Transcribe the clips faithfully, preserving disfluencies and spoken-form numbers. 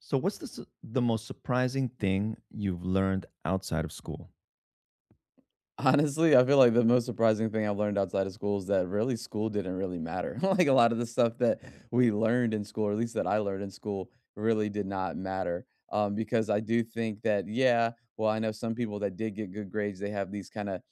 So, what's the su- the most surprising thing you've learned outside of school? Honestly, I feel like the most surprising thing I've learned outside of school is that really school didn't really matter. Like a lot of the stuff that we learned in school, or at least that I learned in school, really did not matter. Um, because I do think that, yeah, well, I know some people that did get good grades, they have these kind of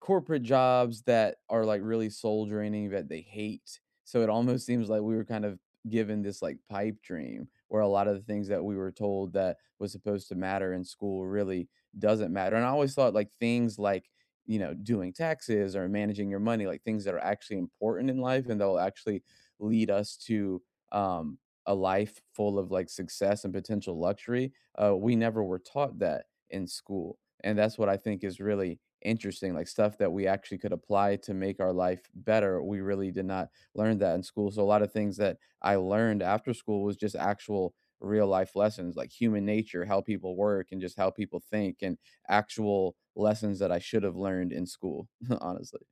corporate jobs that are, like, really soul draining that they hate. So it almost seems like we were kind of given this, like, pipe dream where a lot of the things that we were told that was supposed to matter in school really doesn't matter. And I always thought, like, things like, you know, doing taxes or managing your money, like, things that are actually important in life and that'll actually lead us to, um, a life full of, like, success and potential luxury. Uh, we never were taught that in school. And that's what I think is really interesting, like stuff that we actually could apply to make our life better. We really did not learn that in school. So a lot of things that I learned after school was just actual real life lessons like human nature, how people work and just how people think and actual lessons that I should have learned in school, honestly.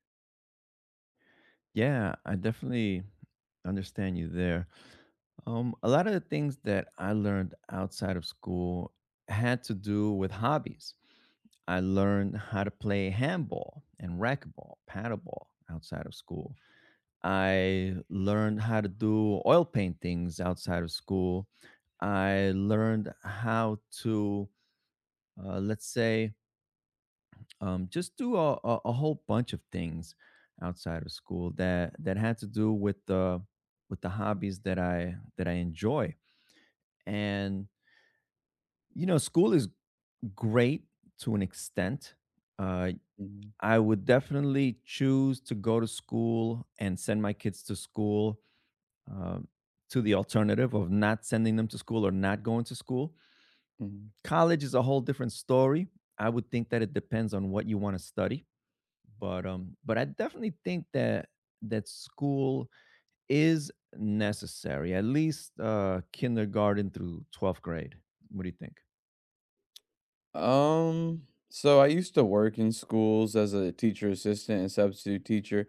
Yeah, I definitely understand you there. Um, a lot of the things that I learned outside of school had to do with hobbies. I learned how to play handball and racquetball, paddleball outside of school. I learned how to do oil paintings outside of school. I learned how to, uh, let's say, um, just do a, a, a whole bunch of things outside of school that that had to do with the with the hobbies that I that I enjoy. And you know, school is great to an extent. Uh, Mhm. I would definitely choose to go to school and send my kids to school um, to the alternative of not sending them to school or not going to school. Mhm. College is a whole different story. I would think that it depends on what you want to study but um but I definitely think that that school is necessary, at least uh kindergarten through twelfth grade. What do you think? Um, so I used to work in schools as a teacher assistant and substitute teacher,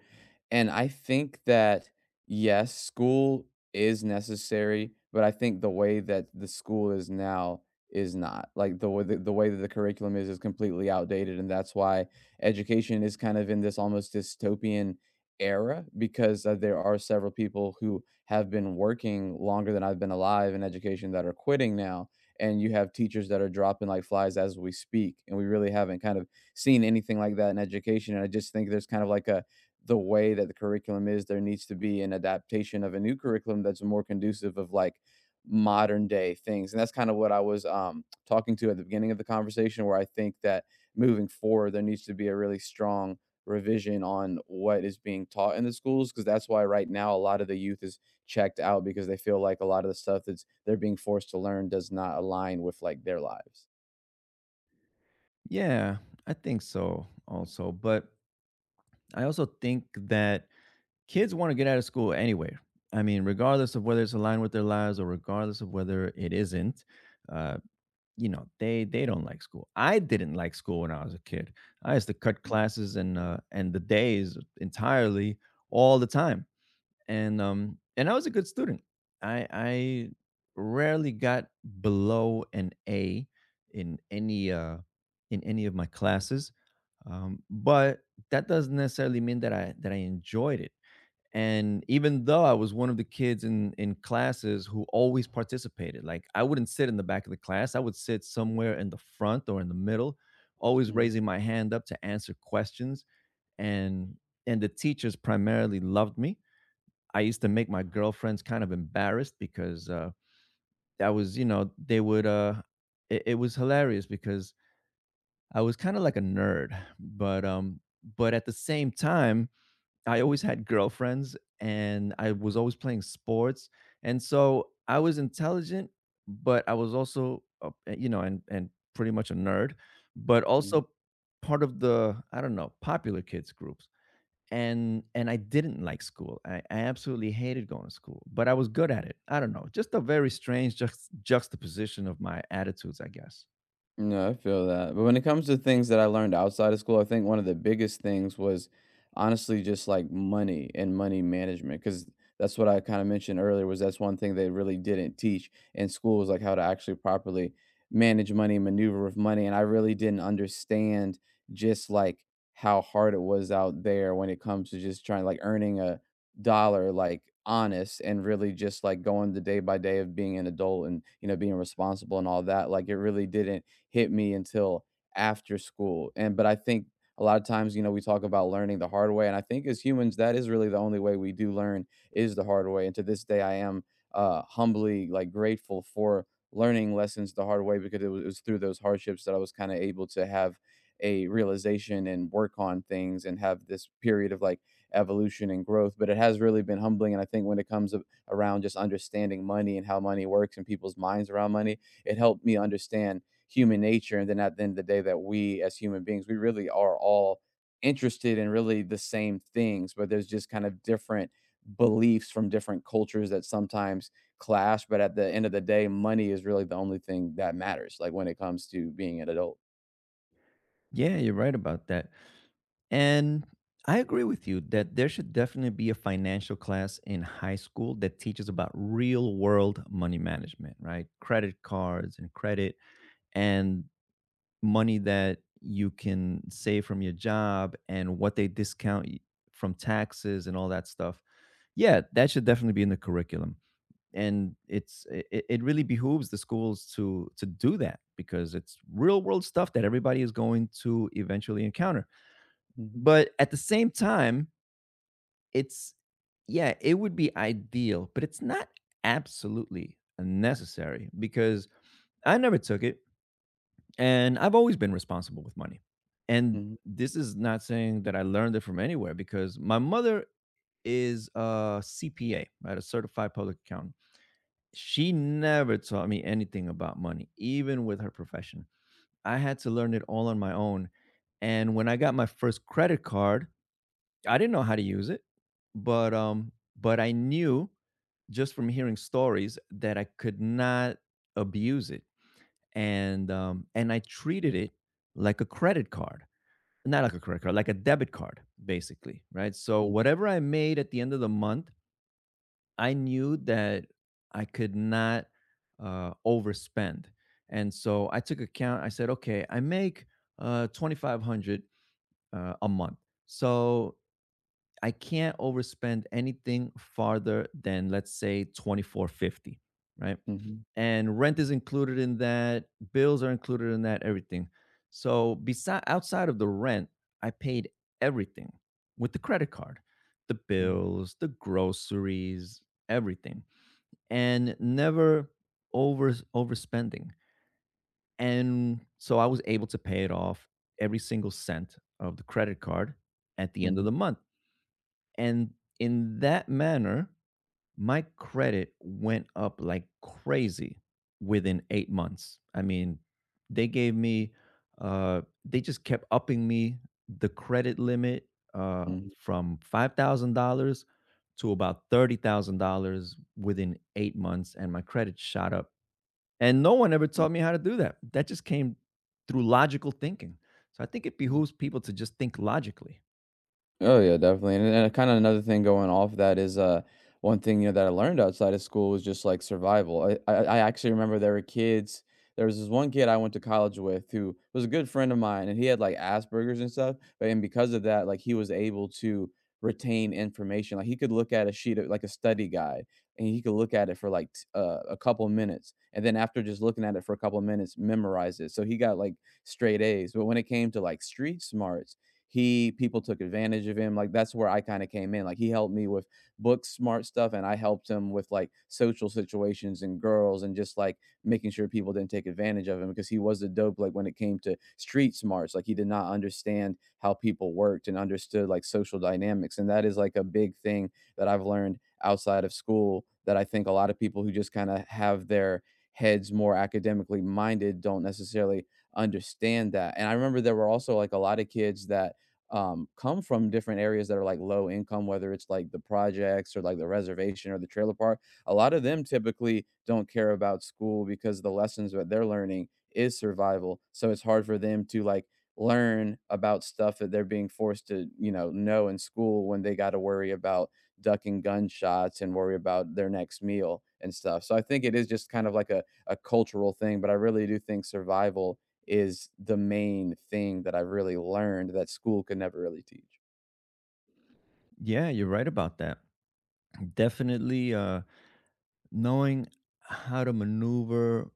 and I think that yes, school is necessary, but I think the way that the school is now is not. Like the way the, the way that the curriculum is is completely outdated, and that's why education is kind of in this almost dystopian era, because uh, there are several people who have been working longer than I've been alive in education that are quitting now, and you have teachers that are dropping like flies as we speak, and we really haven't kind of seen anything like that in education. And I just think there's kind of like a the way that the curriculum is, there needs to be an adaptation of a new curriculum that's more conducive of like modern day things. And that's kind of what I was um, talking to at the beginning of the conversation, where I think that moving forward there needs to be a really strong revision on what is being taught in the schools, because that's why right now a lot of the youth is checked out, because they feel like a lot of the stuff that's they're being forced to learn does not align with, like, their lives. Yeah, I think so also, but I also think that kids want to get out of school anyway. I mean, regardless of whether it's aligned with their lives or regardless of whether it isn't, uh you know, they they don't like school. I didn't like school when I was a kid. I used to cut Mhm, classes and uh and the days entirely all the time. And um and I was a good student. I I rarely got below an A in any uh in any of my classes. Um, but that doesn't necessarily mean that I that I enjoyed it. And even though I was one of the kids in in classes who always participated, like I wouldn't sit in the back of the class, I would sit somewhere in the front or in the middle, always mhm, raising my hand up to answer questions. And and the teachers primarily loved me. I used to make my girlfriends kind of embarrassed because uh, that was, you know, they would. Uh, it, it was hilarious because I was kind of like a nerd, but um, but at the same time, I always had girlfriends, and I was always playing sports, and so I was intelligent, but I was also, uh, eh, you know, and and pretty much a nerd, but mhm. also part of the I don't know popular kids groups and and I didn't like school. I, I absolutely hated going to school, but I was good at it. I don't know, just a very strange juxt- juxtaposition of my attitudes, I guess. No, I feel that. But when it comes to things that I learned outside of school, I think one of the biggest things was honestly just like money and money management, because that's what I kind of mentioned earlier, was that's one thing they really didn't teach in school, was like how to actually properly manage money, and maneuver with money. And I really didn't understand just like how hard it was out there when it comes to just trying like earning a dollar like honest and really just like going the day by day of being an adult, and you know being responsible and all that. Like it really didn't hit me until after school. And but I think a lot of times, you know, we talk about learning the hard way, and I think as humans, that is really the only way we do learn is the hard way. And to this day, I am uh, humbly like grateful for learning lessons the hard way, because it was, it was through those hardships that I was kind of able to have a realization and work on things and have this period of like evolution and growth. But it has really been humbling, and I think when it comes a- around just understanding money and how money works and people's minds around money, it helped me understand human nature. And then at the end of the day, that we as human beings, we really are all interested in really the same things, but there's just kind of different beliefs from different cultures that sometimes clash. But at the end of the day, money is really the only thing that matters, like when it comes to being an adult. Yeah, you're right about that. And I agree with you that there should definitely be a financial class in high school that teaches about real world money management, right? Credit cards and credit, and money that you can save from your job and what they discount y- from taxes and all that stuff. Yeah, that should definitely be in the curriculum. And it's it. It really behooves the schools to to do that because it's real world stuff that everybody is going to eventually encounter. Mhm, But at the same time, it's yeah, it would be ideal, but it's not absolutely necessary because I never took it and I've always been responsible with money. And mhm, this is not saying that I learned it from anywhere because my mother is a C P A, right? A certified public accountant. She never taught me anything about money, even with her profession. I had to learn it all on my own. And when I got my first credit card, I didn't know how to use it, but um but I knew just from hearing stories that I could not abuse it, and um, and I treated it like a credit card, not like a credit card, like a debit card, basically, right? So mhm, whatever I made at the end of the month, I knew that I could not uh, overspend, and so I took account. I said, okay, I make uh, twenty five hundred uh, a month, so I can't overspend anything farther than, let's say, twenty-four fifty, right? mhm, And rent is included in that, bills are included in that, everything. So beside outside of the rent, I paid everything with the credit card. The bills, the groceries, everything. And never over overspending. And so I was able to pay it off, every single cent of the credit card, at the end of mhm, the month. And in that manner, my credit went up like crazy within eight months. I mean, they gave me uh, they just kept upping me the credit limit, uh, mhm, from five thousand dollars to about thirty thousand dollars within eight months, and my credit shot up. And no one ever mhm, taught me how to do that. That just came through logical thinking. So I think it mhm. behooves people to just think logically. Oh yeah, definitely. And and kind of another thing going off that is uh one thing you know that I learned outside of school was just like survival. I I, I actually remember there were kids. There was this one kid I went to college with who was a good friend of mine, and he had like Asperger's and stuff. But and because of that, like he was able to retain information. Like he could look at a sheet of like a study guide, and he could look at it for like t- uh, a couple minutes, and then after just looking at it for a couple minutes, memorize it. So he got like straight A's. But when it came to like street smarts, he people took advantage of him. Like that's where I kind of came in. Like he helped me with book smart stuff, and I helped him with like social situations and girls, and just like making sure people didn't take advantage of him, because he was the dope. Like when it came to street smarts, like he did not understand how people worked and understood like social dynamics, and that is like a big thing that I've learned outside of school that I think a lot of people who just kind of have their heads more academically minded don't necessarily understand that. And I remember there were also like a lot of kids that um, come from different areas that are like low income, whether it's like the projects or like the reservation or the trailer park. A lot of them typically don't care about school, because the lessons that they're learning is survival. So it's hard for them to like learn about stuff that they're being forced to, you know, know in school when they got to worry about ducking gunshots and worry about their next meal and stuff. So I think it is just kind of like a, a cultural thing, but I really do think survival is the main thing that I really learned that school could never really teach. Yeah, you're right about that. Definitely uh, knowing how to maneuver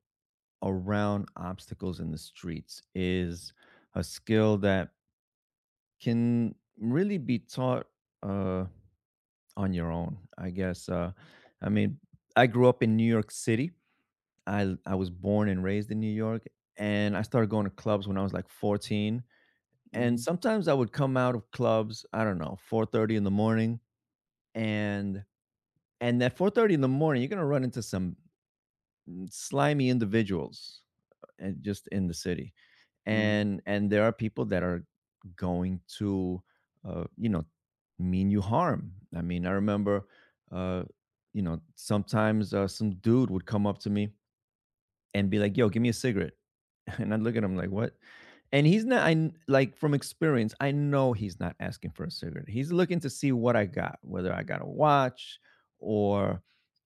around obstacles in the streets is a skill that can really be taught, uh, on your own, I guess. Uh, I mean, I grew up in New York City. I, I was born and raised in New York, and I started going to clubs when I was like fourteen. And Mhm, sometimes I would come out of clubs, I don't know, four thirty in the morning, and and at four thirty in the morning, you're gonna run into some slimy individuals and just in the city, mhm, and and there are people that are going to uh, you know, mean you harm. I mean, I remember uh, you know, sometimes uh, some dude would come up to me and be like, yo, give me a cigarette. And I'd look at him like, what? And he's not, I like from experience, I know he's not asking for a cigarette. He's looking to see what I got, whether I got a watch or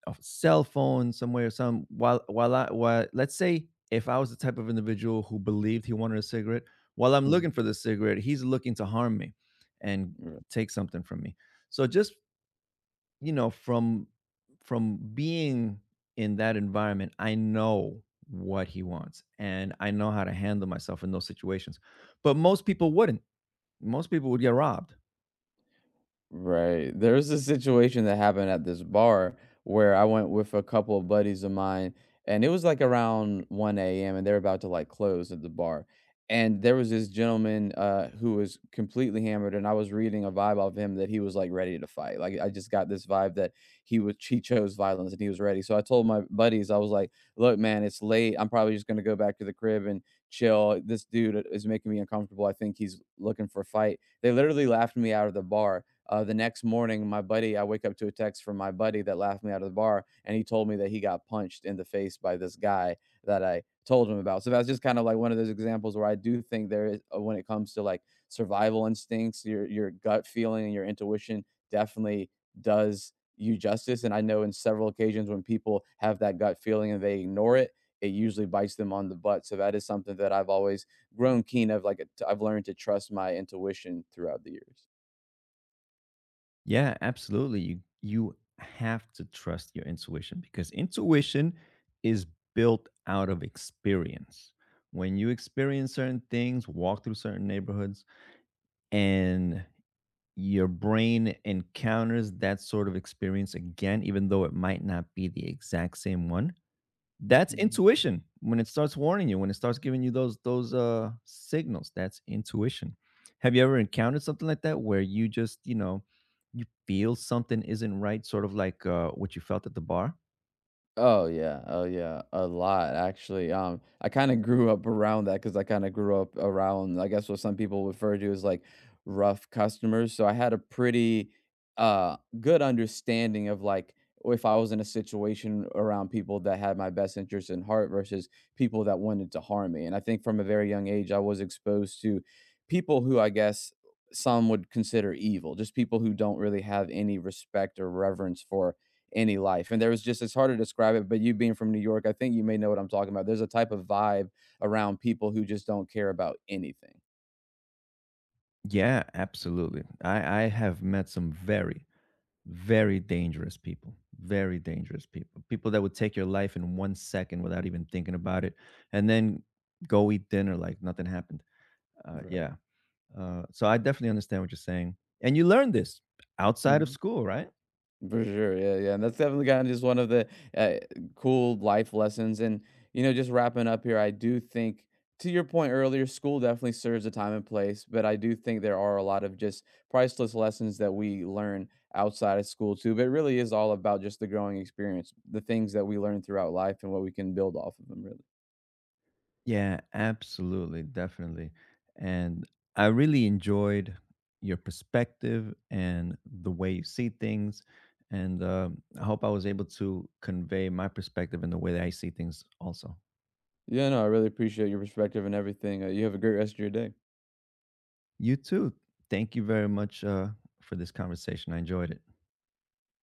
a cell phone somewhere, or some while, while I, while, let's say if I was the type of individual who believed he wanted a cigarette, while I'm mhm. looking for the cigarette, he's looking to harm me and take something from me. So just you know, from from being in that environment, I know what he wants and I know how to handle myself in those situations. But most people wouldn't. Most people would get robbed. Right. There's a situation that happened at this bar where I went with a couple of buddies of mine, and it was like around one a m and they're about to like close at the bar. And there was this gentleman uh, who was completely hammered, and I was reading a vibe of him that he was like ready to fight. Like I just got this vibe that he was, he chose violence and he was ready. So I told my buddies, I was like, "Look, man, it's late. I'm probably just gonna go back to the crib and chill. This dude is making me uncomfortable. I think he's looking for a fight." They literally laughed me out of the bar. Uh, the next morning, my buddy, I wake up to a text from my buddy that laughed me out of the bar, and he told me that he got punched in the face by this guy that I told him about. So that's just kind of like one of those examples where I do think there is, uh, when it comes to like survival instincts, your your gut feeling and your intuition definitely does you justice. And I know in several occasions when people have that gut feeling and they ignore it, it usually bites them on the butt. So that is something that I've always grown keen of. Like I've learned to trust my intuition throughout the years. Yeah, absolutely. You you have to trust your intuition because intuition is built out of experience. When you experience certain things, walk through certain neighborhoods, and your brain encounters that sort of experience again, even though it might not be the exact same one. That's Mhm. intuition. When it starts warning you, when it starts giving you those those uh signals, that's intuition. Have you ever encountered something like that where you just, you know, you feel something isn't right, sort of like uh, what you felt at the bar? Oh yeah, oh yeah, a lot actually. Um, I kind of grew up around that, because I kind of grew up around, I guess, what some people refer to as like rough customers. So I had a pretty uh good understanding of like if I was in a situation around people that had my best interest in heart versus people that wanted to harm me. And I think from a very young age, I was exposed to people who I guess some would consider evil, just people who don't really have any respect or reverence for any life. And there was just it's hard to describe it, but you being from New York, I think you may know what I'm talking about. There's a type of vibe around people who just don't care about anything. Yeah, absolutely. I, I have met some very, very dangerous people, very dangerous people, people that would take your life in one second without even thinking about it, and then go eat dinner like nothing happened. uh, Right. Yeah. Uh, so I definitely understand what you're saying. And you learned this outside of Mhm. school, right? For sure. Yeah, yeah. And that's definitely kind of just one of the uh, cool life lessons. And, you know, just wrapping up here, I do think, to your point earlier, school definitely serves a time and place, but I do think there are a lot of just priceless lessons that we learn outside of school too. But it really is all about just the growing experience, the things that we learn throughout life and what we can build off of them, really. Yeah, absolutely, definitely. And I really enjoyed your perspective and the way you see things. And um, I hope I was able to convey my perspective and the way that I see things also. Yeah, no, I really appreciate your perspective and everything. Uh, you have a great rest of your day. You too. Thank you very much, uh, for this conversation. I enjoyed it.